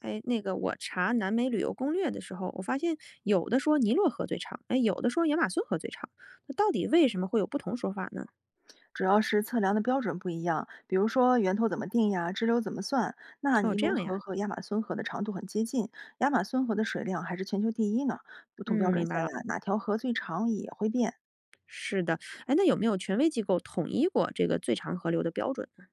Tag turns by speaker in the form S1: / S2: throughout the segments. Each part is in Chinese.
S1: 哎，那个我查南美旅游攻略的时候，我发现有的说尼罗河最长，哎，有的说亚马逊河最长，那到底为什么会有不同说法呢？
S2: 主要是测量的标准不一样，比如说源头怎么定呀，支流怎么算。那
S1: 哦，
S2: 尼
S1: 这
S2: 罗
S1: 样呀，
S2: 河和亚马孙河的长度很接近，亚马孙河的水量还是全球第一呢。不同标
S1: 嗯，
S2: 准
S1: 明
S2: 下
S1: 白了。
S2: 呀，哪条河最长也会变。
S1: 是的，哎，那有没有权威机构统一过这个最长河流的标准呢？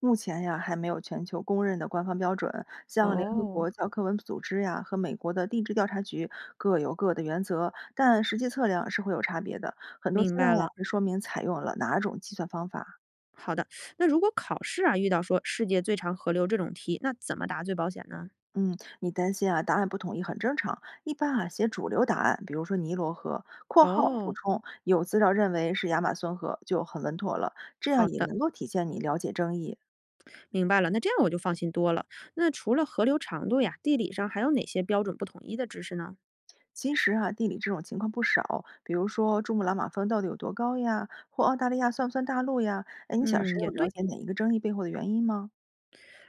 S2: 目前呀，还没有全球公认的官方标准，像联合
S1: 哦，
S2: 国教科文组织呀和美国的地质调查局各有各的原则，但实际测量是会有差别的。很多资
S1: 明
S2: 料
S1: 白
S2: 呀
S1: 了。
S2: 会说明采用了哪种计算方法。
S1: 好的，那如果考试啊遇到说世界最长河流这种题，那怎么答最保险呢？
S2: 嗯，你担心啊，答案不统一很正常。一般啊，写主流答案，比如说尼罗河（括号补
S1: 哦，
S2: 充有资料认为是亚马孙河）就很稳妥了，这样
S1: 好
S2: 也
S1: 的，
S2: 能够体现你了解争议。
S1: 明白了。那这样我就放心多了。那除了河流长度呀，地理上还有哪些标准不统一的知识呢？
S2: 其实啊，地理这种情况不少，比如说珠穆朗玛峰到底有多高呀，或澳大利亚算不算大陆呀？哎，你想
S1: 嗯，
S2: 深入
S1: 也
S2: 了
S1: 对。
S2: 解哪一个争议背后的原因吗？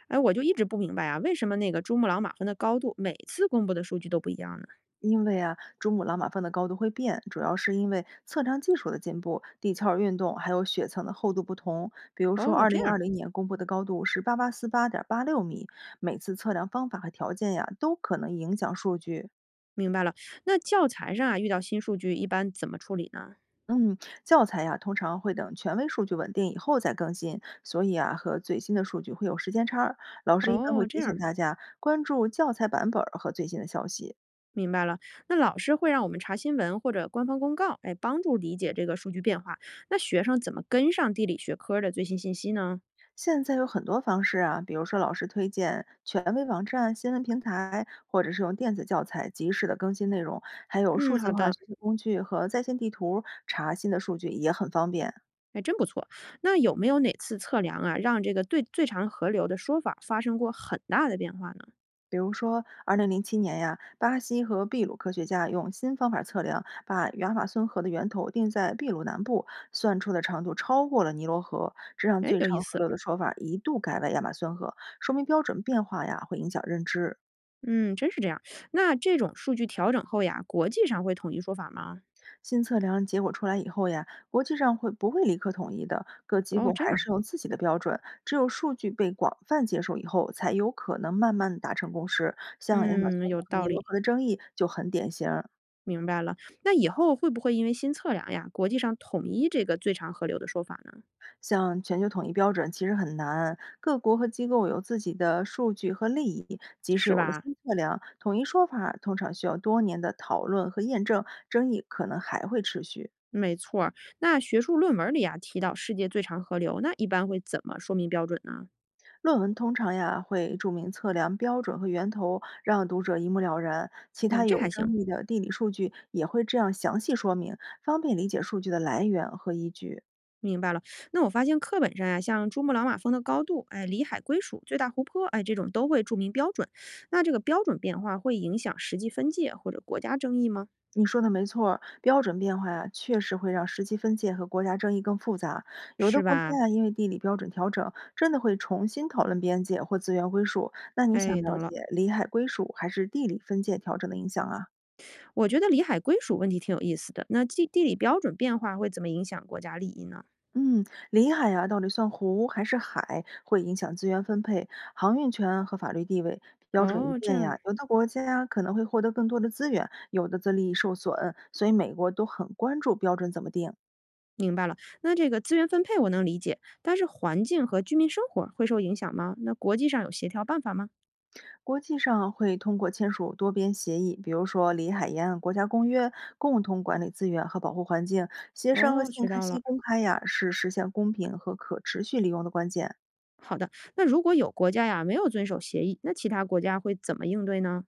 S1: 哎，我就一直不明白啊，为什么那个珠穆朗玛峰的高度每次公布的数据都不一样呢？
S2: 因为啊，珠穆朗玛峰的高度会变，主要是因为测量技术的进步、地壳儿运动还有雪层的厚度不同。比如说，
S1: 哦，
S2: 二
S1: 这
S2: 零二
S1: 样
S2: 零年公布的高度是8848.86米，每次测量方法和条件呀，都可能影响数据。
S1: 明白了。那教材上啊，遇到新数据一般怎么处理呢？
S2: 嗯，教材呀，通常会等权威数据稳定以后再更新，所以啊，和最新的数据会有时间差儿。老师一般
S1: 哦，
S2: 会提
S1: 这
S2: 醒
S1: 样
S2: 大家关注教材版本儿和最新的消息。
S1: 明白了。那老师会让我们查新闻或者官方公告，哎，帮助理解这个数据变化。那学生怎么跟上地理学科的最新信息呢？
S2: 现在有很多方式啊，比如说老师推荐、权威网站、新闻平台，或者是用电子教材及时的更新内容，还有数
S1: 嗯，
S2: 字
S1: 好
S2: 化
S1: 的。
S2: 学习工具和在线地图查新的数据也很方便。
S1: 哎，真不错。那有没有哪次测量啊，让这个对最长河流的说法发生过很大的变化呢？
S2: 比如说，2007年呀，巴西和秘鲁科学家用新方法测量，把亚马孙河的源头定在秘鲁南部，算出的长度超过了尼罗河，这让
S1: 哎，
S2: 最
S1: 有意
S2: 长河
S1: 思。
S2: 流的说法一度改为亚马孙河，说明标准变化呀会影响认知。
S1: 嗯，真是这样。那这种数据调整后呀，国际上会统一说法吗？
S2: 新测量结果出来以后呀，国际上会不会立刻统一的？各机
S1: 哦，
S2: 构
S1: 这样
S2: 还
S1: 儿
S2: 是有自己的标准，只有数据被广泛接受以后，才有可能慢慢达成共识。像亚马逊
S1: 嗯，有
S2: 河和
S1: 道
S2: 尼罗
S1: 理，
S2: 河的争议就很典型儿。
S1: 明白了。那以后会不会因为新测量呀，国际上统一这个最长河流的说法呢？
S2: 像全球统一标准其实很难，各国和机构有自己的数据和利益，即使
S1: 是
S2: 有了
S1: 吧？
S2: 新测量，统一说法通常需要多年的讨论和验证，争议可能还会持续。
S1: 没错儿。那学术论文里啊提到世界最长河流，那一般会怎么说明标准呢？
S2: 论文通常呀会注明测量标准和源头，让读者一目了然。其他
S1: 嗯，这
S2: 有
S1: 还行，
S2: 争议的地理数据也会这样详细说明，方便理解数据的来源和依据。
S1: 明白了。那我发现课本上呀，像珠穆朗玛峰的高度，哎，里海归属、最大湖泊，哎，这种都会注明标准。那这个标准变化会影响实际分界或者国家争议吗？
S2: 你说的没错儿，标准变化呀，确实会让实际分界和国家争议更复杂。有的
S1: 是
S2: 国家
S1: 吧？
S2: 呀，因为地理标准调整，真的会重新讨论边界或资源归属。那你想
S1: 哎，
S2: 了
S1: 懂了。
S2: 解里海归属还是地理分界调整的影响啊？
S1: 我觉得里海归属问题挺有意思的。那地理标准变化会怎么影响国家利益呢？
S2: 嗯，里海呀，到底算湖还是海，会影响资源分配、航运权和法律地位。标准一
S1: 哦，这
S2: 变
S1: 样
S2: 呀，有的国家可能会获得更多的资源，有的则利益受损。所以美国都很关注标准怎么定。
S1: 明白了。那这个资源分配我能理解，但是环境和居民生活会受影响吗？那国际上有协调办法吗？
S2: 国际上会通过签署多边协议，比如说里海沿岸国家公约，共同管理资源和保护环境。协商和
S1: 哦，
S2: 信
S1: 学到
S2: 息
S1: 了。
S2: 公开呀，是实现公平和可持续利用的关键。
S1: 好的，那如果有国家呀没有遵守协议，那其他国家会怎么应对呢？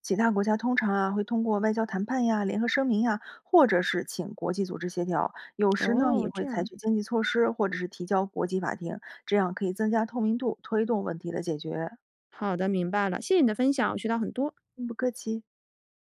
S2: 其他国家通常啊会通过外交谈判呀、联合声明呀，或者是请国际组织协调，有时呢也
S1: 哦，
S2: 会
S1: 这
S2: 采
S1: 样。
S2: 取经济措施，或者是提交国际法庭，这样可以增加透明度，推动问题的解决。
S1: 好的，明白了。谢谢你的分享，我学到很多。
S2: 嗯，不客气。